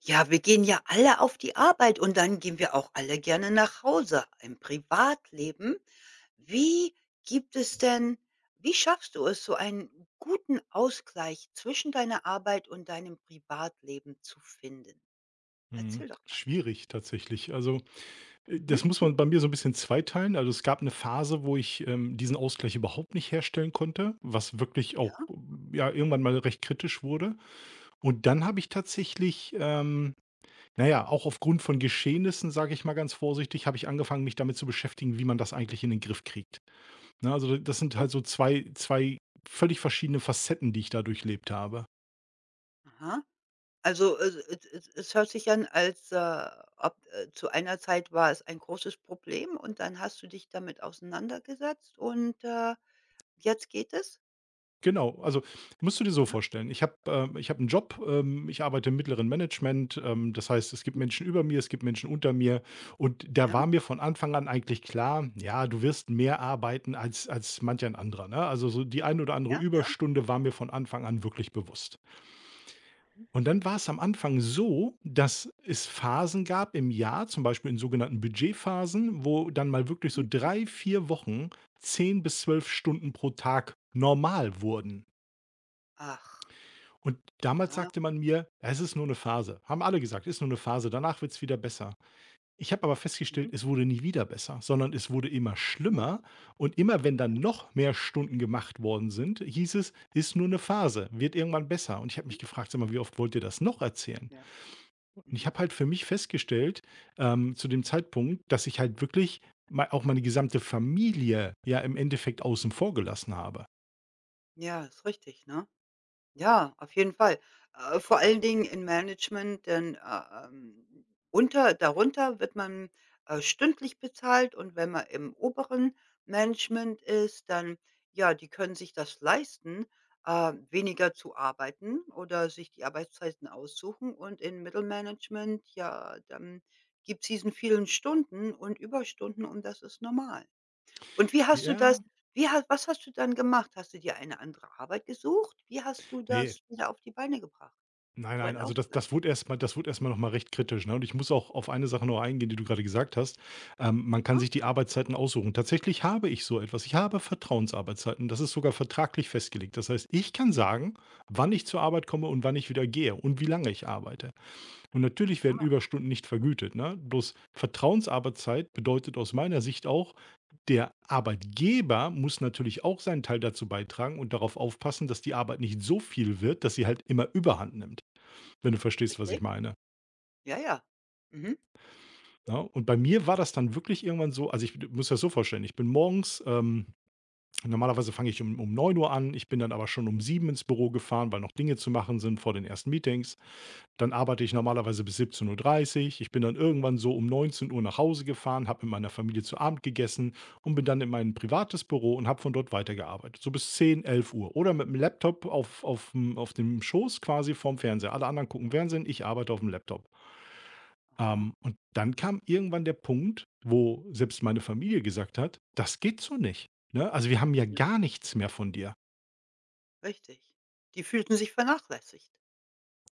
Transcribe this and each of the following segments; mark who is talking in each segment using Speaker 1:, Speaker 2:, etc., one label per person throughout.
Speaker 1: Ja, wir gehen ja alle auf die Arbeit und dann gehen wir auch alle gerne nach Hause im Privatleben. Wie gibt es denn wie schaffst du es, so einen guten Ausgleich zwischen deiner Arbeit und deinem Privatleben zu finden?
Speaker 2: Mhm.
Speaker 1: Erzähl doch mal.
Speaker 2: Schwierig tatsächlich. Also,
Speaker 1: Mhm.
Speaker 2: das muss man bei mir so ein bisschen zweiteilen. Also, es gab eine Phase, wo ich, diesen Ausgleich überhaupt nicht herstellen konnte, was wirklich auch,
Speaker 1: Ja,
Speaker 2: ja, irgendwann mal recht kritisch wurde. Und dann habe ich tatsächlich, na ja, auch aufgrund von Geschehnissen, sage ich mal ganz vorsichtig, habe ich angefangen, mich damit zu beschäftigen, wie man das eigentlich in den Griff kriegt. Ne, also, das sind
Speaker 1: so.
Speaker 2: halt so zwei völlig verschiedene Facetten, die ich da durchlebt habe.
Speaker 1: Aha. Also, es hört sich an, als, ob, zu einer Zeit war es ein großes Problem und dann hast du dich damit auseinandergesetzt und, jetzt geht es?
Speaker 2: Genau, also musst du dir so
Speaker 1: Ja,
Speaker 2: vorstellen, ich habe einen Job, ich arbeite im mittleren Management, das heißt, es gibt
Speaker 1: mhm,
Speaker 2: Menschen über mir, es gibt Menschen unter mir, und da
Speaker 1: ja.
Speaker 2: war mir von Anfang an eigentlich klar, ja, du wirst mehr arbeiten als manch ein anderer, ne? Also, so die ein oder andere
Speaker 1: Ja, ja.
Speaker 2: Überstunde war mir von Anfang an wirklich bewusst.
Speaker 1: Mhm,
Speaker 2: Und dann war es am Anfang so, dass es Phasen gab im Jahr, zum Beispiel in sogenannten Budgetphasen, wo dann mal wirklich so
Speaker 1: mhm.
Speaker 2: 3, 4 Wochen 10 bis 12 Stunden pro Tag normal wurden.
Speaker 1: Ach,
Speaker 2: Und damals
Speaker 1: ja.
Speaker 2: sagte man mir: ja, „Es ist nur eine Phase.“ Haben alle gesagt: „Ist nur eine Phase, danach wird es wieder besser.“ Ich habe aber festgestellt,
Speaker 1: Mhm.
Speaker 2: es wurde nie wieder besser, sondern es wurde immer
Speaker 1: Ja,
Speaker 2: schlimmer, und immer, wenn dann
Speaker 1: ja.
Speaker 2: noch mehr Stunden gemacht worden sind, hieß es: „Ist nur eine Phase, wird irgendwann besser.“ Und ich habe
Speaker 1: Mhm.
Speaker 2: mich gefragt: „Sag mal, wie oft wollt ihr das noch erzählen?“
Speaker 1: Ja.
Speaker 2: Und ich
Speaker 1: Mhm.
Speaker 2: habe halt für mich festgestellt, zu dem Zeitpunkt, dass ich halt wirklich mei auch meine gesamte Familie ja im Endeffekt außen vor gelassen habe.
Speaker 1: Ja, ist richtig, ne? Ja, auf jeden Fall. Vor allen Dingen in Management, denn, unter darunter wird man, stündlich bezahlt und wenn man im oberen Management ist, dann ja, die können sich das leisten, weniger zu arbeiten oder sich die Arbeitszeiten aussuchen und in Mittelmanagement, ja, dann gibt's diesen vielen Stunden und Überstunden und das ist normal. Und wie hast du das
Speaker 2: Ja,
Speaker 1: wie ha was hast du dann gemacht? Hast du dir eine andere Arbeit gesucht? Wie hast du
Speaker 2: ne,
Speaker 1: das wieder auf die Beine gebracht?
Speaker 2: Nein,
Speaker 1: So
Speaker 2: nein,
Speaker 1: ein
Speaker 2: also das
Speaker 1: Ausgleich,
Speaker 2: das wurde erst mal noch mal recht kritisch, ne? Und ich muss auch auf eine Sache noch eingehen, die du gerade gesagt hast. Man kann
Speaker 1: ne?
Speaker 2: sich die Arbeitszeiten aussuchen. Tatsächlich habe ich so etwas. Ich habe Vertrauensarbeitszeiten. Das ist sogar vertraglich festgelegt. Das heißt, ich kann sagen, wann ich zur Arbeit komme und wann ich wieder gehe und wie lange ich arbeite. Und natürlich werden
Speaker 1: Aha,
Speaker 2: Überstunden nicht vergütet, ne? Bloß Vertrauensarbeitszeit bedeutet aus meiner Sicht auch, der Arbeitgeber muss natürlich auch seinen Teil dazu beitragen und darauf aufpassen, dass die Arbeit nicht so viel wird, dass sie halt immer Überhand nimmt, wenn du verstehst, was ich
Speaker 1: richtig.
Speaker 2: meine.
Speaker 1: Ja, ja. Mhm.
Speaker 2: Ne? Und bei mir war das dann wirklich irgendwann so, also ich muss das so vorstellen, ich bin morgens, normalerweise fange ich um 9 Uhr an, ich bin dann aber schon um 7 ins Büro gefahren, weil noch Dinge zu machen sind vor den ersten Meetings. Dann arbeite ich normalerweise bis siebzehn Uhr dreißig. Ich bin dann irgendwann so um 19 Uhr nach Hause gefahren, habe mit meiner Familie zu Abend gegessen und bin dann in mein privates Büro und habe von dort weitergearbeitet. So bis 10, 11 Uhr. Oder mit dem Laptop auf dem Schoß quasi vorm Fernseher. Alle anderen gucken Fernsehen, ich arbeite auf dem Laptop.
Speaker 1: Aha,
Speaker 2: Und dann kam irgendwann der Punkt, wo selbst meine Familie gesagt hat: „Das geht so nicht, ne? Also, wir haben ja
Speaker 1: ja,
Speaker 2: gar nichts mehr von dir.“
Speaker 1: richtig. Die fühlten sich vernachlässigt.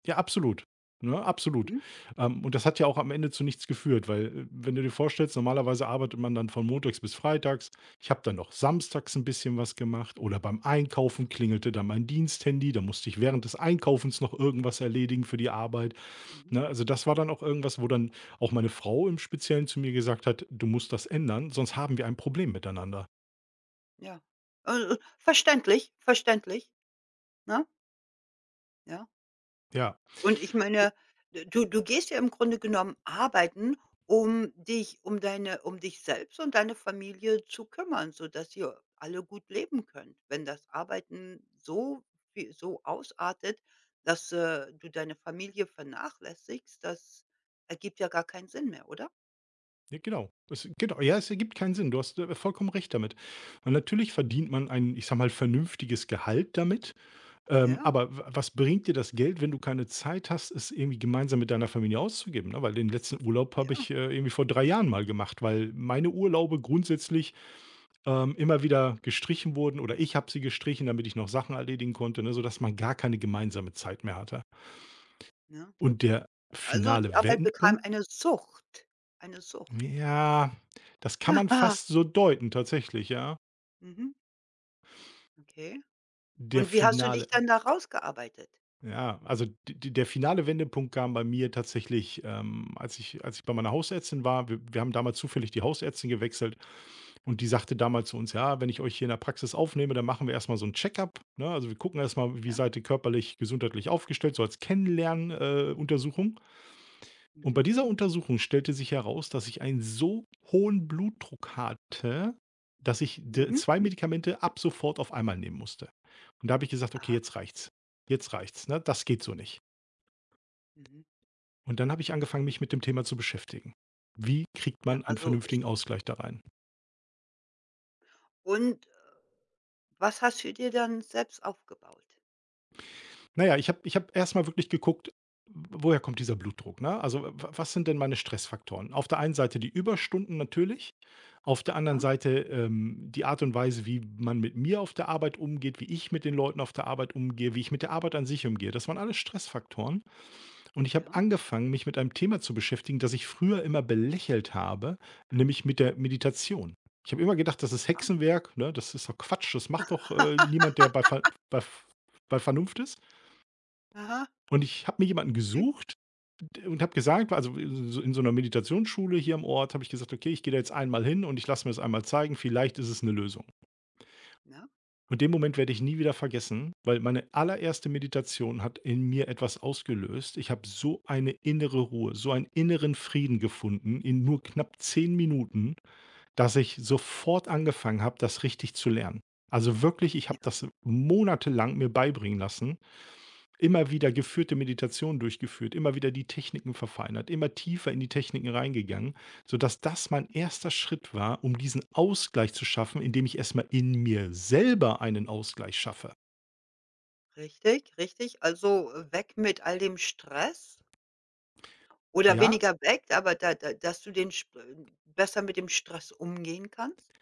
Speaker 2: Ja, absolut, ne? Absolut.
Speaker 1: Mhm,
Speaker 2: Und das hat ja auch am Ende zu nichts geführt, weil, wenn du dir vorstellst, normalerweise arbeitet man dann von montags bis freitags. Ich habe dann noch samstags ein bisschen was gemacht oder beim Einkaufen klingelte dann mein Diensthandy, da musste ich während des Einkaufens noch irgendwas erledigen für die Arbeit.
Speaker 1: mhm,
Speaker 2: Ne, also das war dann auch irgendwas, wo dann auch meine Frau im Speziellen zu mir gesagt hat: „Du musst das ändern, sonst haben wir ein Problem miteinander.“
Speaker 1: ja. Verständlich, verständlich, ne? Ja.
Speaker 2: Ja,
Speaker 1: Und ich
Speaker 2: o
Speaker 1: meine, du gehst ja im Grunde genommen arbeiten, um dich selbst und deine Familie zu kümmern, sodass ihr alle gut leben könnt. Wenn das Arbeiten so ausartet, dass, du deine Familie vernachlässigst, das ergibt ja gar keinen Sinn mehr, oder?
Speaker 2: ja genau. Es genau, ja, es ergibt keinen Sinn. Du hast, vollkommen recht damit. Und natürlich verdient man ein, ich sage mal, vernünftiges Gehalt damit,
Speaker 1: Ja,
Speaker 2: aber w was bringt dir das Geld, wenn du keine Zeit hast, es irgendwie gemeinsam mit deiner Familie auszugeben, ne? Weil den letzten Urlaub habe
Speaker 1: ja,
Speaker 2: ich, irgendwie vor 3 Jahren mal gemacht, weil meine Urlaube grundsätzlich immer wieder gestrichen wurden oder ich habe sie gestrichen, damit ich noch Sachen erledigen konnte, ne, sodass man gar keine gemeinsame Zeit mehr hatte.
Speaker 1: ne?
Speaker 2: Und der
Speaker 1: Also, die
Speaker 2: finale
Speaker 1: Arbeit bekam
Speaker 2: Wendepunkt,
Speaker 1: eine Sucht, eine Sucht.
Speaker 2: ja, das kann man
Speaker 1: Aha,
Speaker 2: fast so deuten tatsächlich, ja.
Speaker 1: mhm, okay.
Speaker 2: Der
Speaker 1: Und wie hast du dich
Speaker 2: finale
Speaker 1: dann da rausgearbeitet?
Speaker 2: Ja, also d d der finale Wendepunkt kam bei mir tatsächlich, als ich bei meiner Hausärztin war. Wir haben damals zufällig die Hausärztin gewechselt und die sagte damals zu uns: „Ja, wenn ich euch hier in der Praxis aufnehme, dann machen wir erst mal so ein Check-up, ne? Also, wir gucken erst mal, wie
Speaker 1: Ja,
Speaker 2: seid ihr körperlich, gesundheitlich aufgestellt, so als Kennenlernuntersuchung. Untersuchung.“ Und bei
Speaker 1: mhm,
Speaker 2: dieser Untersuchung stellte sich heraus, dass ich einen so hohen Blutdruck hatte, dass ich d
Speaker 1: mhm.
Speaker 2: 2 Medikamente ab sofort auf einmal nehmen musste. Und da habe ich gesagt: „Okay, jetzt
Speaker 1: Ah,
Speaker 2: reicht's. Jetzt reicht's, ne? Das geht so nicht.“
Speaker 1: mhm.
Speaker 2: Und dann habe ich angefangen, mich mit dem Thema zu beschäftigen. Wie kriegt
Speaker 1: Ja,
Speaker 2: man einen
Speaker 1: also es
Speaker 2: vernünftigen Ausgleich da rein?
Speaker 1: und, äh, was hast du dir dann selbst aufgebaut?
Speaker 2: Naja, ich habe erst mal wirklich geguckt, woher kommt dieser Blutdruck, ne? Also, w was sind denn meine
Speaker 1: Mhm.
Speaker 2: Stressfaktoren? Auf der einen Seite die Überstunden natürlich. Auf der anderen
Speaker 1: Ja,
Speaker 2: Seite, die Art und Weise, wie man mit mir auf der Arbeit umgeht, wie ich mit den Leuten auf der Arbeit umgehe, wie ich mit der Arbeit an sich umgehe, das waren alles Stressfaktoren. Und ich habe
Speaker 1: ja,
Speaker 2: angefangen, mich mit einem Thema zu beschäftigen, das ich früher immer belächelt habe, nämlich mit der Meditation. Ich habe immer gedacht, das ist
Speaker 1: aha,
Speaker 2: Hexenwerk, ne? Das ist doch Quatsch, das macht doch niemand, der bei, bei Vernunft ist.
Speaker 1: aha,
Speaker 2: Und ich habe mir jemanden
Speaker 1: okay,
Speaker 2: gesucht d und habe gesagt, also in so 'ner Meditationsschule hier im Ort habe ich gesagt: „Okay, ich gehe da jetzt einmal hin und ich lasse mir das einmal zeigen, vielleicht ist es eine Lösung.“
Speaker 1: ja,
Speaker 2: Und den Moment werde ich nie wieder vergessen, weil meine allererste Meditation hat in mir etwas ausgelöst. Ich habe so eine innere Ruhe, so einen inneren Frieden gefunden in nur knapp 10 Minuten, dass ich sofort angefangen habe, das richtig zu lernen. Also wirklich, ich habe
Speaker 1: ja,
Speaker 2: das monatelang mir beibringen lassen, immer wieder geführte Meditationen durchgeführt, immer wieder die Techniken verfeinert, immer tiefer in die Techniken reingegangen, sodass das mein erster Schritt war, um diesen Ausgleich zu schaffen, indem ich erstmal in mir selber einen Ausgleich schaffe.
Speaker 1: richtig, richtig. Also, weg mit all dem Stress oder
Speaker 2: Ja,
Speaker 1: weniger weg, aber da da dass du den sp besser mit dem Stress umgehen kannst.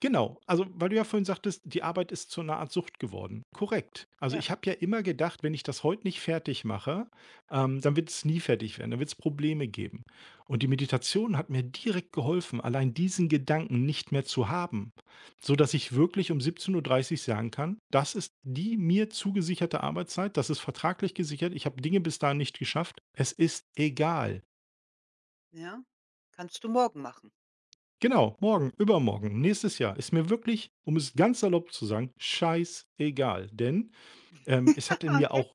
Speaker 2: Genau, also weil du ja vorhin sagtest, die Arbeit ist zu einer Art Sucht geworden. Korrekt. Also, ich
Speaker 1: Ja,
Speaker 2: habe ja immer gedacht, wenn ich das heute nicht fertig mache, dann wird es nie fertig werden, dann wird es Probleme geben. Und die Meditation hat mir direkt geholfen, allein diesen Gedanken nicht mehr zu haben, so dass ich wirklich um 17:30 Uhr sagen kann: „Das ist die mir zugesicherte Arbeitszeit, das ist vertraglich gesichert. Ich habe Dinge bis dahin nicht geschafft. Es ist egal.“
Speaker 1: ja. Kannst du morgen machen.
Speaker 2: Genau, morgen, übermorgen, nächstes Jahr ist mir wirklich, um es ganz salopp zu sagen, scheißegal. Denn es hat in
Speaker 1: Ah,
Speaker 2: mir
Speaker 1: okay.
Speaker 2: auch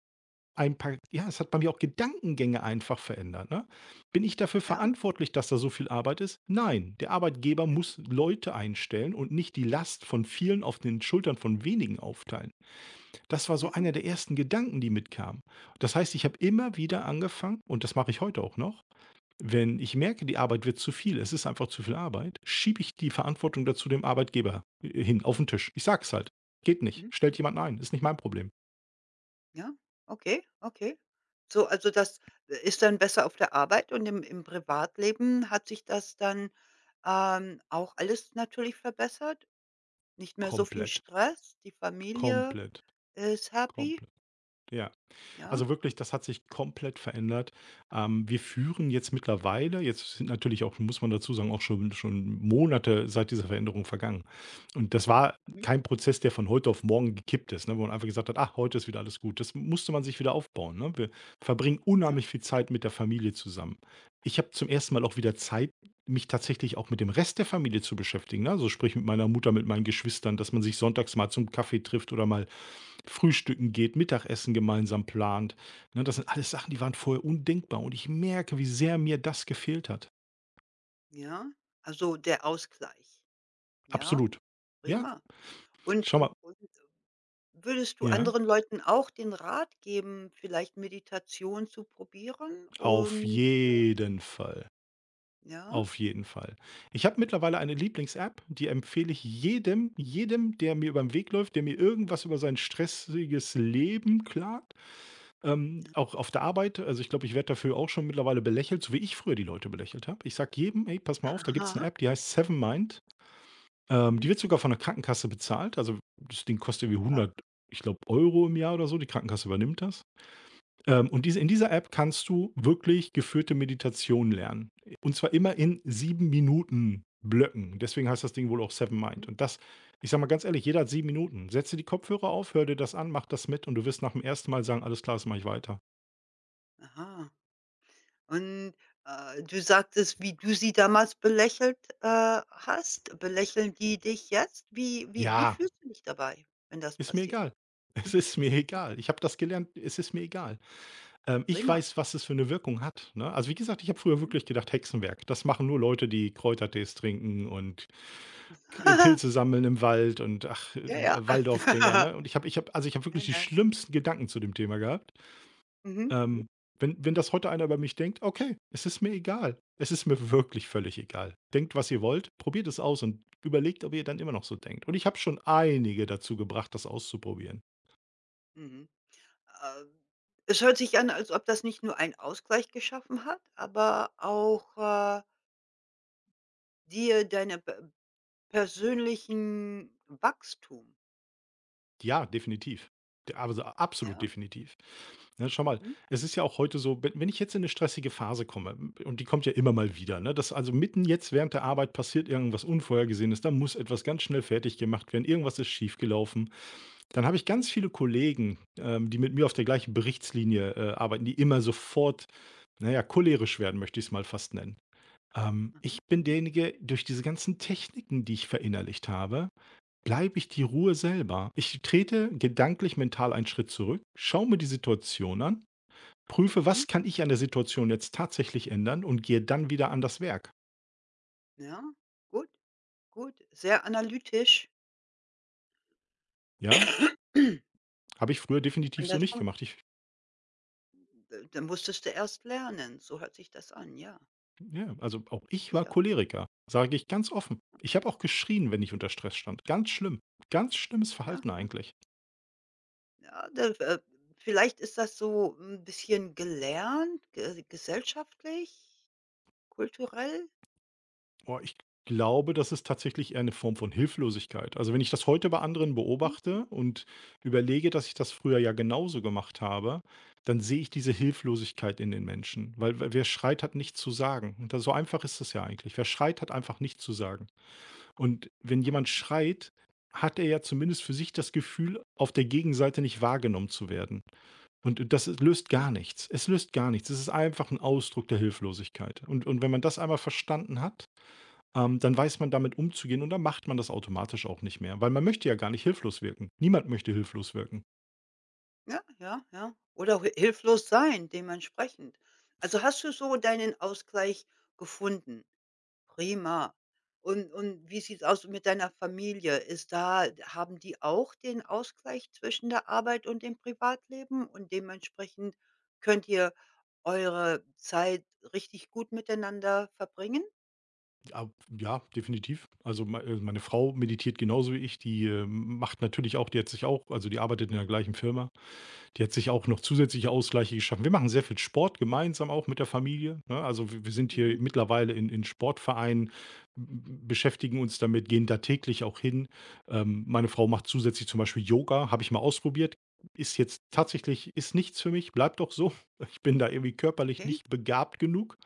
Speaker 2: ein paar, ja, es hat bei mir auch Gedankengänge einfach verändert. Ne? Bin ich dafür
Speaker 1: Ja,
Speaker 2: verantwortlich, dass da so viel Arbeit ist? Nein, der Arbeitgeber
Speaker 1: mhm,
Speaker 2: muss Leute einstellen und nicht die Last von vielen auf den Schultern von wenigen aufteilen. Das war so
Speaker 1: ja,
Speaker 2: einer der ersten Gedanken, die mitkamen. Das heißt, ich habe immer wieder angefangen, und das mache ich heute auch noch, wenn ich merke, die Arbeit wird zu viel, es ist einfach zu viel Arbeit, schiebe ich die Verantwortung dazu dem Arbeitgeber hin auf den Tisch. Ich sag's halt: „Geht nicht,
Speaker 1: mhm.
Speaker 2: stellt jemanden ein, ist nicht mein Problem.“
Speaker 1: Ja, okay, okay. So, also das ist dann besser auf der Arbeit und im Privatleben hat sich das dann, auch alles natürlich verbessert? Nicht mehr so viel
Speaker 2: Komplett,
Speaker 1: Stress, die Familie
Speaker 2: komplett,
Speaker 1: ist happy,
Speaker 2: komplett, ja.
Speaker 1: ja?
Speaker 2: Also wirklich, das hat sich komplett verändert. Wir führen jetzt mittlerweile, jetzt sind natürlich auch, muss man dazu sagen, auch schon, schon Monate seit dieser Veränderung vergangen. Und das war
Speaker 1: Mhm.
Speaker 2: kein Prozess, der von heute auf morgen gekippt ist, ne, wo man einfach gesagt hat, ach, heute ist wieder alles gut. Das musste man sich wieder aufbauen. Ne? Wir verbringen
Speaker 1: Ja,
Speaker 2: unheimlich viel
Speaker 1: ja,
Speaker 2: Zeit mit der Familie zusammen. Ich habe zum ersten Mal auch wieder Zeit, mich tatsächlich auch mit dem Rest der Familie zu beschäftigen, ne? Also, sprich mit meiner Mutter, mit meinen Geschwistern, dass man sich sonntags mal zum Kaffee trifft oder mal frühstücken geht, Mittagessen gemeinsam plant. Ne, das sind alles Sachen, die waren vorher undenkbar, und ich merke, wie sehr mir das gefehlt hat.
Speaker 1: ja. Also, der Ausgleich. Ja,
Speaker 2: Absolut. Ja,
Speaker 1: prima. Und
Speaker 2: schau mal,
Speaker 1: und würdest du
Speaker 2: ja,
Speaker 1: anderen Leuten auch den Rat geben, vielleicht Meditation zu probieren
Speaker 2: auf
Speaker 1: und
Speaker 2: jeden Fall,
Speaker 1: ja?
Speaker 2: auf jeden Fall. Ich habe mittlerweile eine Lieblings-App, die empfehle ich jedem, der mir über 'n Weg läuft, der mir irgendwas über sein stressiges Leben klagt.
Speaker 1: Ja.
Speaker 2: Auch auf der Arbeit, also ich glaube, ich werde dafür auch schon mittlerweile belächelt, so wie ich früher die Leute belächelt habe. Ich sage jedem: „Ey, pass mal auf, da gibt es eine
Speaker 1: Aha.
Speaker 2: App, die heißt Sevenmind." Die
Speaker 1: Mhm.
Speaker 2: wird sogar von der Krankenkasse bezahlt. Also, das Ding kostet irgendwie 100,
Speaker 1: Ach.
Speaker 2: ich glaube, Euro im Jahr oder so. Die Krankenkasse übernimmt das. Und diese in dieser App kannst du wirklich geführte Meditation lernen. Und zwar immer in 7 Minuten Blöcken. Deswegen heißt das Ding wohl auch Seven Mind.
Speaker 1: Mhm.
Speaker 2: Und das Ich sage mal ganz ehrlich, jeder hat 7 Minuten. Setze die Kopfhörer auf, hör dir das an, mach das mit und du wirst nach dem ersten Mal sagen: „Alles klar, das mache ich weiter."
Speaker 1: Aha. Und, du sagtest, wie du sie damals belächelt, hast. Belächeln die dich jetzt? Wie
Speaker 2: Ja,
Speaker 1: fühlst du dich dabei, wenn das
Speaker 2: ist mir
Speaker 1: passiert?
Speaker 2: egal. Es ist mir
Speaker 1: Okay,
Speaker 2: egal. Ich habe das gelernt, es ist mir egal. Ich
Speaker 1: prima.
Speaker 2: weiß, was es für eine Wirkung hat, ne? Also, wie gesagt, ich habe früher
Speaker 1: Mhm.
Speaker 2: wirklich gedacht, Hexenwerk, das machen nur Leute, die Kräutertees trinken und K Pilze sammeln im Wald und, ach,
Speaker 1: Ja, ja.
Speaker 2: Waldorfgänger, ne? Und ich habe also, ich habe wirklich
Speaker 1: Nein,
Speaker 2: die
Speaker 1: nein.
Speaker 2: schlimmsten Gedanken zu dem Thema gehabt.
Speaker 1: Mhm,
Speaker 2: Ähm, wenn das heute einer über mich denkt, okay, es ist mir egal. Es ist mir wirklich völlig egal. Denkt, was ihr wollt, probiert es aus und überlegt, ob ihr dann immer noch so denkt. Und ich habe schon einige dazu gebracht, das auszuprobieren.
Speaker 1: mhm. Ähm, Es hört sich an, als ob das nicht nur einen Ausgleich geschaffen hat, aber auch, dir deine pe persönlichen Wachstum.
Speaker 2: Ja, definitiv. D aber so absolut
Speaker 1: Ja?
Speaker 2: definitiv. Ne, schau mal,
Speaker 1: Mhm.
Speaker 2: es ist ja auch heute so, wenn ich jetzt in eine stressige Phase komme, m und die kommt ja immer mal wieder, ne, dass also mitten jetzt während der
Speaker 1: Ja.
Speaker 2: Arbeit passiert irgendwas Unvorhergesehenes, da muss etwas ganz schnell fertig gemacht werden, irgendwas ist schiefgelaufen. Dann habe ich
Speaker 1: Mhm.
Speaker 2: ganz viele Kollegen, die mit mir auf der gleichen Berichtslinie, arbeiten, die immer sofort, naja ja, cholerisch werden, möchte ich es mal fast nennen. Ähm,
Speaker 1: Mhm.
Speaker 2: ich bin derjenige, durch diese ganzen Techniken, die ich verinnerlicht habe, bleibe ich die Ruhe selber. Ich trete gedanklich mental einen Schritt zurück, schaue mir die Situation an, prüfe,
Speaker 1: Mhm.
Speaker 2: was kann ich an der Situation jetzt tatsächlich ändern und gehe dann wieder an das Werk.
Speaker 1: Ja, gut. Gut, sehr analytisch.
Speaker 2: Ja, habe ich früher definitiv
Speaker 1: Und
Speaker 2: so
Speaker 1: das
Speaker 2: nicht
Speaker 1: fun
Speaker 2: gemacht.
Speaker 1: da musstest du erst lernen. So hört sich das an, ja,
Speaker 2: Ja, also auch ich war
Speaker 1: sicher.
Speaker 2: Choleriker, sage ich ganz offen. Ich habe auch geschrien, wenn ich unter Stress stand. Ganz schlimm. Ganz schlimmes
Speaker 1: Ja,
Speaker 2: Verhalten
Speaker 1: ja.
Speaker 2: eigentlich.
Speaker 1: Ja, da, vielleicht ist das so ein bisschen gelernt, ge gesellschaftlich, kulturell?
Speaker 2: Boah, ich glaube, das ist tatsächlich eher eine Form von Hilflosigkeit. Also, wenn ich das heute bei anderen
Speaker 1: Hm,
Speaker 2: beobachte und überlege, dass ich das früher ja genauso gemacht habe, dann sehe ich diese Hilflosigkeit in den Menschen, weil we wer schreit, hat nichts zu sagen. Und da, so einfach ist es ja eigentlich. Wer schreit, hat einfach nichts zu sagen. Und wenn
Speaker 1: ja,
Speaker 2: jemand schreit, hat er ja zumindest für sich das Gefühl, auf der Gegenseite nicht wahrgenommen zu werden. Und löst
Speaker 1: vielleicht.
Speaker 2: gar nichts. Es löst gar nichts. Es ist einfach ein Ausdruck der Hilflosigkeit. Und wenn man das einmal verstanden hat, dann weiß man damit umzugehen und dann macht man das automatisch auch nicht mehr, weil man möchte ja gar nicht hilflos wirken. Niemand möchte hilflos wirken.
Speaker 1: Ja, ja, ja. Oder hi hilflos sein dementsprechend. Also, hast du so deinen Ausgleich gefunden? Prima. Und wie sieht's aus mit deiner Familie? Ist da haben die auch den Ausgleich zwischen der Arbeit und dem Privatleben und dementsprechend könnt ihr eure Zeit richtig gut miteinander verbringen?
Speaker 2: Ah, ja, definitiv. Also meine Frau meditiert genauso wie ich, die macht natürlich auch, die hat sich auch, also die arbeitet in der gleichen Firma. Die hat sich auch noch zusätzliche Ausgleiche geschaffen. Wir machen sehr viel Sport gemeinsam auch mit der Familie, ne? Also, wir sind
Speaker 1: Mhm.
Speaker 2: hier mittlerweile in Sportvereinen, b beschäftigen uns damit, gehen da täglich auch hin. Meine Frau macht zusätzlich zum Beispiel Yoga, habe ich mal ausprobiert. Ist jetzt
Speaker 1: Ja,
Speaker 2: tatsächlich, ist nichts für mich, bleibt doch so. Ich bin da irgendwie körperlich
Speaker 1: okay.
Speaker 2: nicht begabt genug.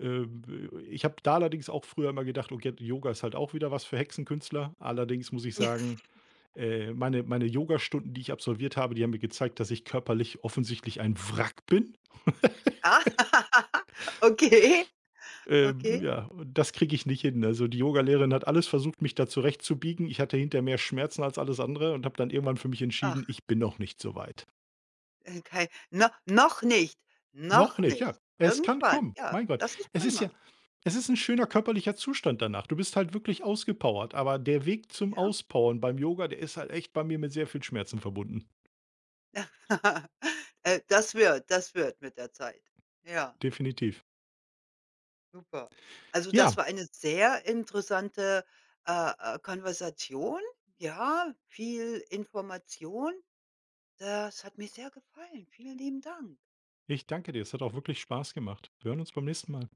Speaker 2: Ähm, ich habe da allerdings auch früher immer gedacht: „Okay, Yoga ist halt auch wieder was für Hexenkünstler." Allerdings muss ich sagen, meine Yogastunden, die ich absolviert habe, die haben mir gezeigt, dass ich körperlich offensichtlich ein Wrack bin.
Speaker 1: Ah, okay,
Speaker 2: Ähm,
Speaker 1: okay.
Speaker 2: ja, und das kriege ich nicht hin. Also, die Yogalehrerin hat alles versucht, mich da zurechtzubiegen. Ich hatte hinterher mehr Schmerzen als alles andere und habe dann irgendwann für mich entschieden,
Speaker 1: Ach,
Speaker 2: ich bin noch nicht so weit.
Speaker 1: äh, kei no noch nicht,
Speaker 2: Noch
Speaker 1: noch
Speaker 2: nicht, ja.
Speaker 1: nicht.
Speaker 2: Es kann
Speaker 1: Irgendwann,
Speaker 2: kommen.
Speaker 1: ja,
Speaker 2: Mein Gott.
Speaker 1: das ist
Speaker 2: Es ist ja,
Speaker 1: prima.
Speaker 2: es ist ein
Speaker 1: Ja,
Speaker 2: schöner körperlicher Zustand danach. Du bist halt wirklich ausgepowert, aber der Weg zum
Speaker 1: ja.
Speaker 2: Auspowern beim Yoga, der ist halt echt bei mir mit sehr viel Schmerzen verbunden.
Speaker 1: Das wird mit der Zeit. Ja,
Speaker 2: Definitiv.
Speaker 1: super. Also, das
Speaker 2: Ja.
Speaker 1: war eine sehr interessante, Konversation. Ja, viel Information. Das hat mir sehr gefallen. Vielen lieben Dank.
Speaker 2: Ich danke dir. Es hat auch wirklich Spaß gemacht. Wir hören uns beim nächsten Mal.